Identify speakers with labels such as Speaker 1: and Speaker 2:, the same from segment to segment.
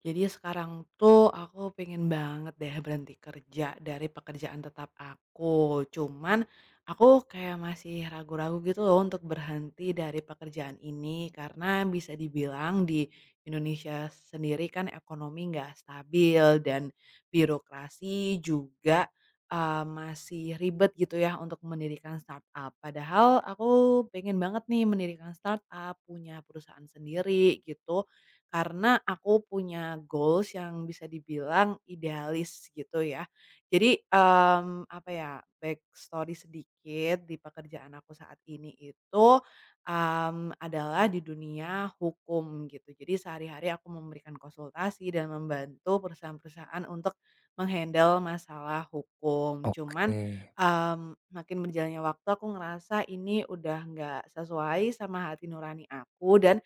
Speaker 1: Jadi sekarang tuh aku pengen banget deh berhenti kerja dari pekerjaan tetap aku. Cuman aku kayak masih ragu-ragu gitu loh untuk berhenti dari pekerjaan ini karena bisa dibilang di Indonesia sendiri kan ekonomi nggak stabil dan birokrasi juga masih ribet gitu ya untuk mendirikan startup. Padahal aku pengen banget nih mendirikan startup, punya perusahaan sendiri gitu karena aku punya goals yang bisa dibilang idealis gitu ya. Jadi, apa ya, backstory sedikit di pekerjaan aku saat ini itu, adalah di dunia hukum gitu. Jadi sehari-hari aku memberikan konsultasi dan membantu perusahaan-perusahaan untuk menghandle masalah hukum. Cuman,
Speaker 2: Oke.
Speaker 1: mmm, makin berjalannya waktu aku ngerasa ini udah nggak sesuai sama hati nurani aku dan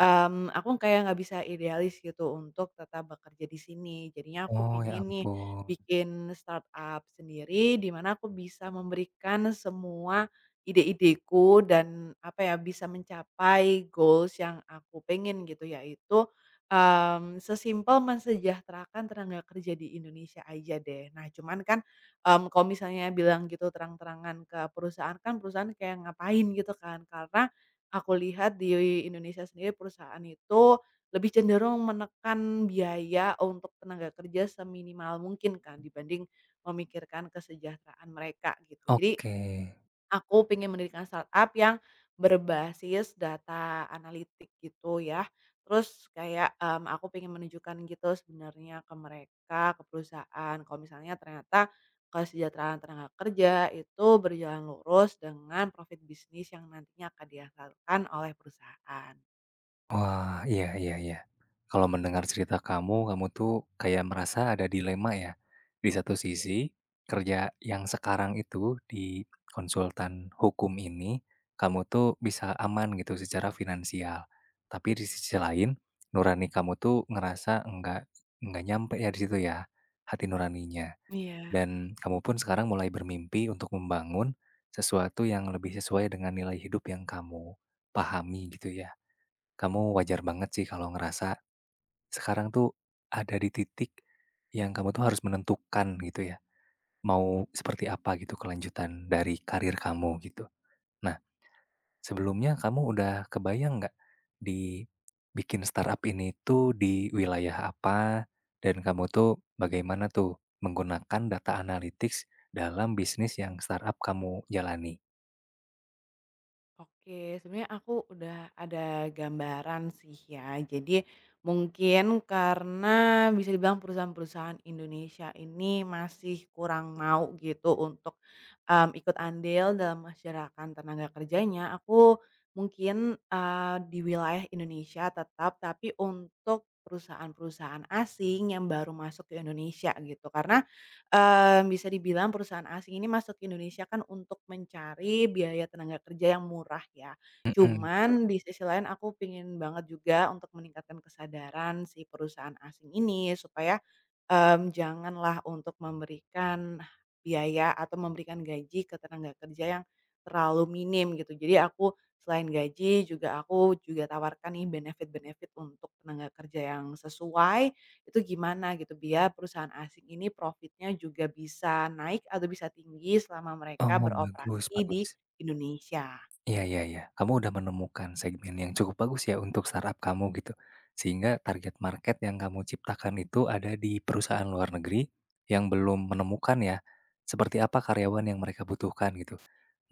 Speaker 1: Aku kayak nggak bisa idealis gitu untuk tetap bekerja di sini. Jadinya aku
Speaker 2: Oh, ya
Speaker 1: pingin nih
Speaker 2: ampun.
Speaker 1: bikin startup sendiri, di mana aku bisa memberikan semua ide-ideku dan apa ya, bisa mencapai goals yang aku pengen gitu, yaitu, sesimpel mensejahterakan tenaga kerja di Indonesia aja deh. Nah, cuman kan, kalau misalnya bilang gitu terang-terangan ke perusahaan kan, perusahaan kayak ngapain gitu kan, karena aku lihat di Indonesia sendiri perusahaan itu lebih cenderung menekan biaya untuk tenaga kerja seminimal mungkin kan dibanding memikirkan kesejahteraan mereka gitu. Jadi
Speaker 2: Oke.
Speaker 1: aku pengen mendirikan startup yang berbasis data analitik gitu ya. Terus kayak, aku pengen menunjukkan gitu sebenarnya ke mereka, ke perusahaan, kalau misalnya ternyata kesejahteraan tenaga kerja itu berjalan lurus dengan profit bisnis yang nantinya akan dihasilkan oleh perusahaan.
Speaker 2: Wah, iya iya iya. Kalau mendengar cerita kamu, kamu tuh kayak merasa ada dilema ya. Di satu sisi, kerja yang sekarang itu di konsultan hukum ini, kamu tuh bisa aman gitu secara finansial. Tapi di sisi lain, nurani kamu tuh ngerasa enggak nyampe ya di situ ya, hati nuraninya.
Speaker 1: Iya.
Speaker 2: Dan kamu pun sekarang mulai bermimpi untuk membangun sesuatu yang lebih sesuai dengan nilai hidup yang kamu pahami gitu ya. Kamu wajar banget sih kalau ngerasa sekarang tuh ada di titik yang kamu tuh harus menentukan gitu ya, mau seperti apa gitu kelanjutan dari karir kamu gitu. Nah, sebelumnya kamu udah kebayang nggak, dibikin startup ini tuh di wilayah apa, dan kamu tuh bagaimana tuh menggunakan data analytics dalam bisnis yang startup kamu jalani?
Speaker 1: Oke, sebenarnya aku udah ada gambaran sih ya. Jadi mungkin karena bisa dibilang perusahaan-perusahaan Indonesia ini masih kurang mau gitu untuk ikut andil dalam masyarakat tenaga kerjanya, aku mungkin, di wilayah Indonesia tetap, tapi untuk perusahaan-perusahaan asing yang baru masuk ke Indonesia gitu. Karena, bisa dibilang perusahaan asing ini masuk ke Indonesia kan untuk mencari biaya tenaga kerja yang murah ya.
Speaker 2: Mhm.
Speaker 1: Cuman di sisi lain aku pingin banget juga untuk meningkatkan kesadaran si perusahaan asing ini supaya janganlah untuk memberikan biaya atau memberikan gaji ke tenaga kerja yang terlalu minim gitu. Jadi aku selain gaji juga aku juga tawarkan nih benefit-benefit untuk tenaga kerja yang sesuai, itu gimana gitu biar perusahaan asing ini profitnya juga bisa naik atau bisa tinggi selama
Speaker 2: Oh,
Speaker 1: mereka
Speaker 2: bagus
Speaker 1: beroperasi di
Speaker 2: bagus.
Speaker 1: Indonesia.
Speaker 2: Iya iya iya. Kamu udah menemukan segmen yang cukup bagus ya untuk startup kamu gitu, sehingga target market yang kamu ciptakan itu ada di perusahaan luar negeri yang belum menemukan ya, seperti apa karyawan yang mereka butuhkan gitu.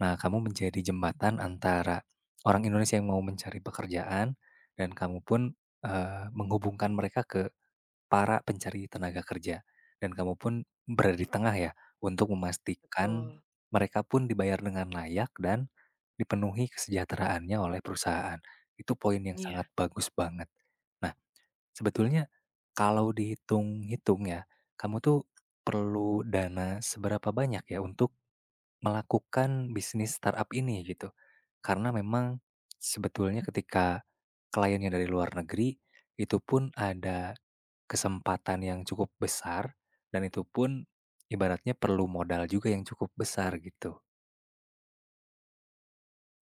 Speaker 2: Nah, kamu menjadi jembatan antara orang Indonesia yang mau mencari pekerjaan dan kamu pun, menghubungkan mereka ke para pencari tenaga kerja. Dan kamu pun berada di tengah ya, untuk memastikan
Speaker 1: Betul,
Speaker 2: mereka pun dibayar dengan layak dan dipenuhi kesejahteraannya oleh perusahaan. Itu poin yang sangat
Speaker 1: iya.
Speaker 2: bagus banget. Nah, sebetulnya kalau dihitung-hitung ya, kamu tuh perlu dana seberapa banyak ya untuk melakukan bisnis startup ini gitu. Karena memang sebetulnya ketika kliennya dari luar negeri, itu pun ada kesempatan yang cukup besar dan itu pun ibaratnya perlu modal juga yang cukup besar gitu.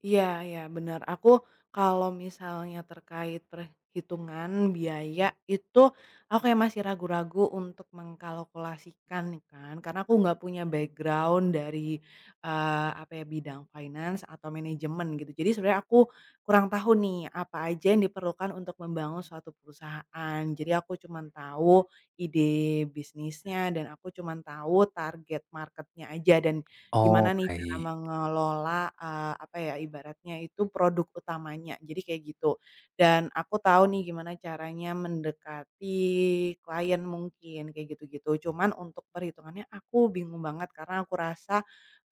Speaker 1: Iya, iya, benar. Aku kalau misalnya terkait perhitungan biaya itu, aku kayak masih ragu-ragu untuk mengkalkulasikan nih kan, karena aku nggak punya background dari, apa ya, bidang finance atau manajemen gitu. Jadi sebenarnya aku kurang tahu nih, apa aja yang diperlukan untuk membangun suatu perusahaan. Jadi aku cuma tahu ide bisnisnya dan aku cuma tahu target marketnya aja dan
Speaker 2: Oh,
Speaker 1: gimana
Speaker 2: oh,
Speaker 1: nih cara
Speaker 2: baik.
Speaker 1: mengelola, apa ya, ibaratnya itu produk utamanya, jadi kayak gitu. Dan aku tahu nih gimana caranya mendekati klien mungkin, kayak gitu-gitu. Cuman untuk perhitungannya aku bingung banget karena aku rasa,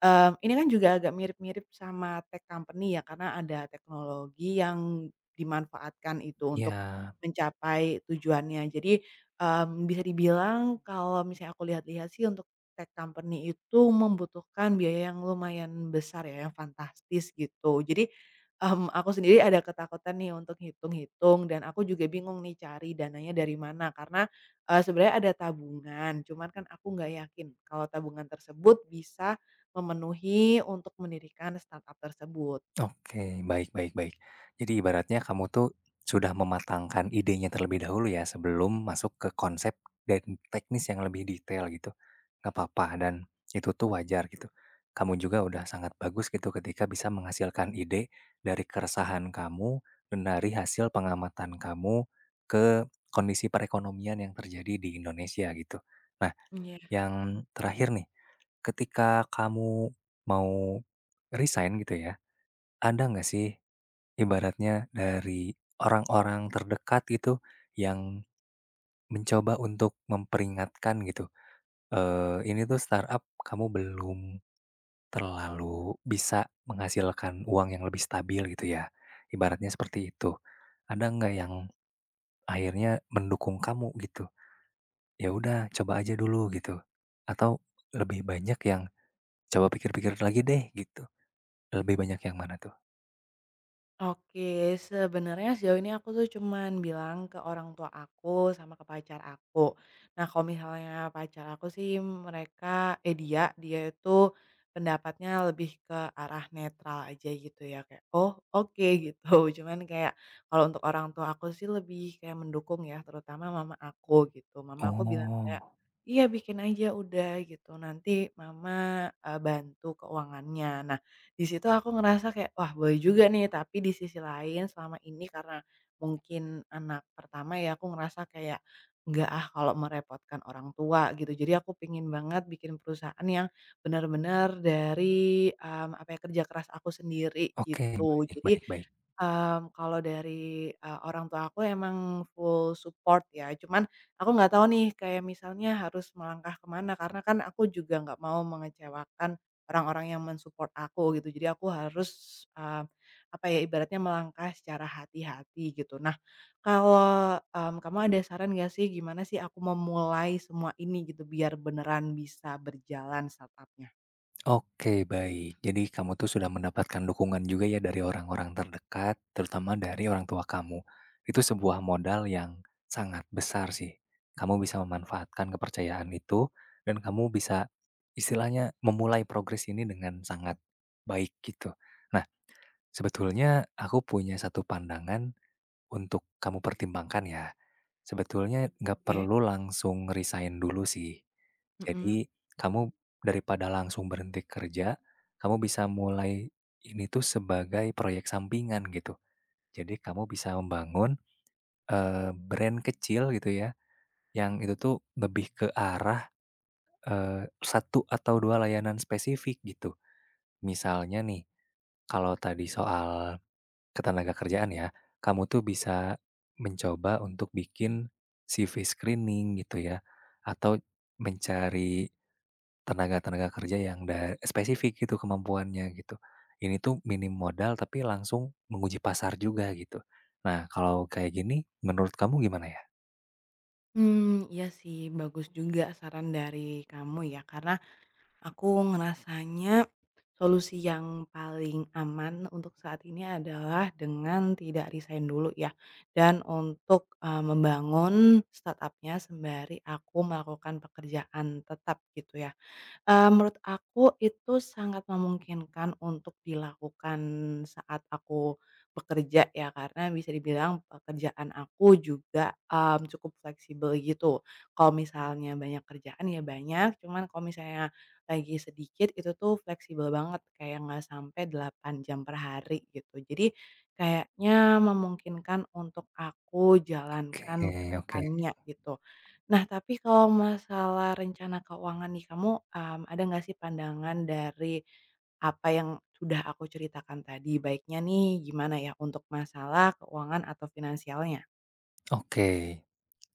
Speaker 1: ini kan juga agak mirip-mirip sama tech company ya, karena ada teknologi yang dimanfaatkan itu untuk
Speaker 2: Iya.
Speaker 1: mencapai tujuannya. Jadi, bisa dibilang kalau misalnya aku lihat-lihat sih untuk tech company itu membutuhkan biaya yang lumayan besar ya, yang fantastis gitu. Jadi, aku sendiri ada ketakutan nih untuk hitung-hitung dan aku juga bingung nih cari dananya dari mana karena, sebenarnya ada tabungan, cuman kan aku nggak yakin kalau tabungan tersebut bisa memenuhi untuk mendirikan startup tersebut.
Speaker 2: Oke, baik baik baik. Jadi ibaratnya kamu tuh sudah mematangkan idenya terlebih dahulu ya sebelum masuk ke konsep dan teknis yang lebih detail gitu. Nggak apa-apa dan itu tuh wajar gitu. Kamu juga udah sangat bagus gitu ketika bisa menghasilkan ide dari keresahan kamu dan dari hasil pengamatan kamu ke kondisi perekonomian yang terjadi di Indonesia gitu. Nah, yang terakhir nih, ketika kamu mau resign gitu ya, ada nggak sih ibaratnya dari orang-orang terdekat gitu yang mencoba untuk memperingatkan gitu, "Ini tuh startup kamu belum terlalu bisa menghasilkan uang yang lebih stabil," gitu ya, ibaratnya seperti itu. Ada nggak yang akhirnya mendukung kamu gitu, "Ya udah coba aja dulu," gitu, atau lebih banyak yang, "Coba pikir-pikir lagi deh," gitu? Lebih banyak yang mana tuh?
Speaker 1: Oke, sebenarnya sejauh ini aku tuh cuman bilang ke orang tua aku sama ke pacar aku. Nah, kalau misalnya pacar aku sih mereka eh dia dia itu pendapatnya lebih ke arah netral aja gitu ya, kayak oh oke gitu. Cuman kayak kalau untuk orang tua aku sih lebih kayak mendukung ya, terutama mama aku gitu. Mama aku bilang kayak
Speaker 2: Oh,
Speaker 1: iya bikin aja udah gitu. Nanti mama bantu keuangannya. Nah, di situ aku ngerasa kayak, wah boleh juga nih, tapi di sisi lain selama ini karena mungkin anak pertama ya, aku ngerasa kayak, nggak ah kalau merepotkan orang tua gitu. Jadi aku pingin banget bikin perusahaan yang benar-benar dari, apa ya, kerja keras aku sendiri
Speaker 2: oke,
Speaker 1: gitu.
Speaker 2: baik
Speaker 1: Jadi
Speaker 2: baik baik.
Speaker 1: Kalau dari, orang tua aku emang full support ya, cuman aku nggak tahu nih kayak misalnya harus melangkah ke mana, karena kan aku juga nggak mau mengecewakan orang-orang yang men-support aku gitu. Jadi aku harus, apa ya, ibaratnya melangkah secara hati-hati gitu. Nah, kalau, kamu ada saran nggak sih gimana sih aku memulai semua ini gitu biar beneran bisa berjalan startup-nya?
Speaker 2: Oke, baik. Jadi kamu tuh sudah mendapatkan dukungan juga ya dari orang-orang terdekat, terutama dari orang tua kamu. Itu sebuah modal yang sangat besar sih. Kamu bisa memanfaatkan kepercayaan itu dan kamu bisa istilahnya memulai progres ini dengan sangat baik gitu. Nah, sebetulnya aku punya satu pandangan untuk kamu pertimbangkan ya, sebetulnya nggak
Speaker 1: Oke,
Speaker 2: perlu langsung resign dulu sih.
Speaker 1: mhm.
Speaker 2: Jadi kamu daripada langsung berhenti kerja, kamu bisa mulai ini tuh sebagai proyek sampingan gitu. Jadi kamu bisa membangun, brand kecil gitu ya, yang itu tuh lebih ke arah, 1 atau 2 layanan spesifik gitu. Misalnya nih, kalau tadi soal ketenaga kerjaan ya, kamu tuh bisa mencoba untuk bikin CV screening gitu ya, atau mencari tenaga-tenaga kerja yang da spesifik gitu kemampuannya gitu. Ini tuh minim modal tapi langsung menguji pasar juga gitu. Nah, kalau kayak gini menurut kamu gimana ya?
Speaker 1: Iya sih bagus juga saran dari kamu ya, karena aku ngerasanya solusi yang paling aman untuk saat ini adalah dengan tidak resign dulu ya, dan untuk, membangun startupnya sembari aku melakukan pekerjaan tetap gitu ya. Menurut aku itu sangat memungkinkan untuk dilakukan saat aku bekerja ya, karena bisa dibilang pekerjaan aku juga, cukup fleksibel gitu. Kalau misalnya banyak kerjaan ya banyak, cuman kalau misalnya lagi sedikit itu tuh fleksibel banget, kayak nggak sampai 8 jam per hari gitu. Jadi kayaknya memungkinkan untuk aku jalankan ke
Speaker 2: Oke oke.
Speaker 1: depannya gitu. Nah, tapi kalau masalah rencana keuangan nih, kamu, ada nggak sih pandangan dari apa yang sudah aku ceritakan tadi? Baiknya nih gimana ya untuk masalah keuangan atau finansialnya?
Speaker 2: Oke,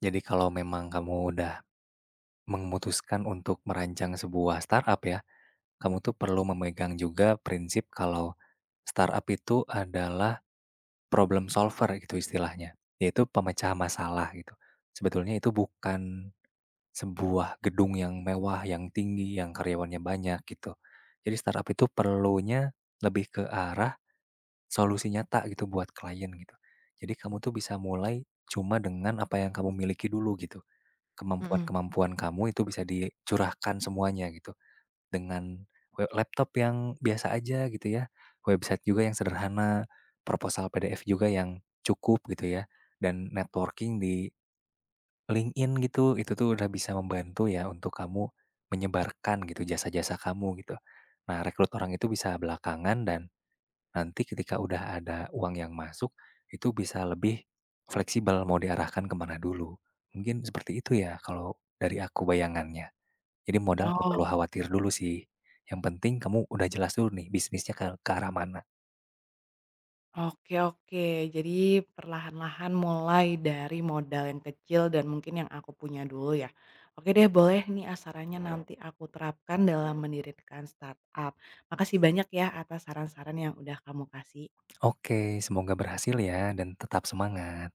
Speaker 2: jadi kalau memang kamu udah memutuskan untuk merancang sebuah startup ya, kamu tuh perlu memegang juga prinsip kalau startup itu adalah problem solver gitu istilahnya, yaitu pemecah masalah gitu. Sebetulnya itu bukan sebuah gedung yang mewah, yang tinggi, yang karyawannya banyak gitu. Jadi startup itu perlunya lebih ke arah solusi nyata gitu buat klien gitu. Jadi kamu tuh bisa mulai cuma dengan apa yang kamu miliki dulu gitu.
Speaker 1: Mhm.
Speaker 2: Kemampuan-kemampuan kamu itu bisa dicurahkan semuanya gitu. Dengan laptop yang biasa aja gitu ya, website juga yang sederhana, proposal PDF juga yang cukup gitu ya, dan networking di LinkedIn gitu, itu tuh udah bisa membantu ya untuk kamu menyebarkan gitu jasa-jasa kamu gitu. Nah, rekrut orang itu bisa belakangan dan nanti ketika udah ada uang yang masuk, itu bisa lebih fleksibel mau diarahkan kemana dulu. Mungkin seperti itu ya kalau dari aku bayangannya. Jadi modal nggak perlu
Speaker 1: Oh,
Speaker 2: khawatir dulu sih, yang penting kamu udah jelas dulu nih bisnisnya ke arah mana.
Speaker 1: oke, oke. Jadi perlahan-lahan mulai dari modal yang kecil dan mungkin yang aku punya dulu ya. Oke deh, boleh nih ah, nanti aku terapkan dalam mendirikan startup. Makasih banyak ya atas saran-saran yang udah kamu kasih.
Speaker 2: Oke, semoga berhasil ya dan tetap semangat.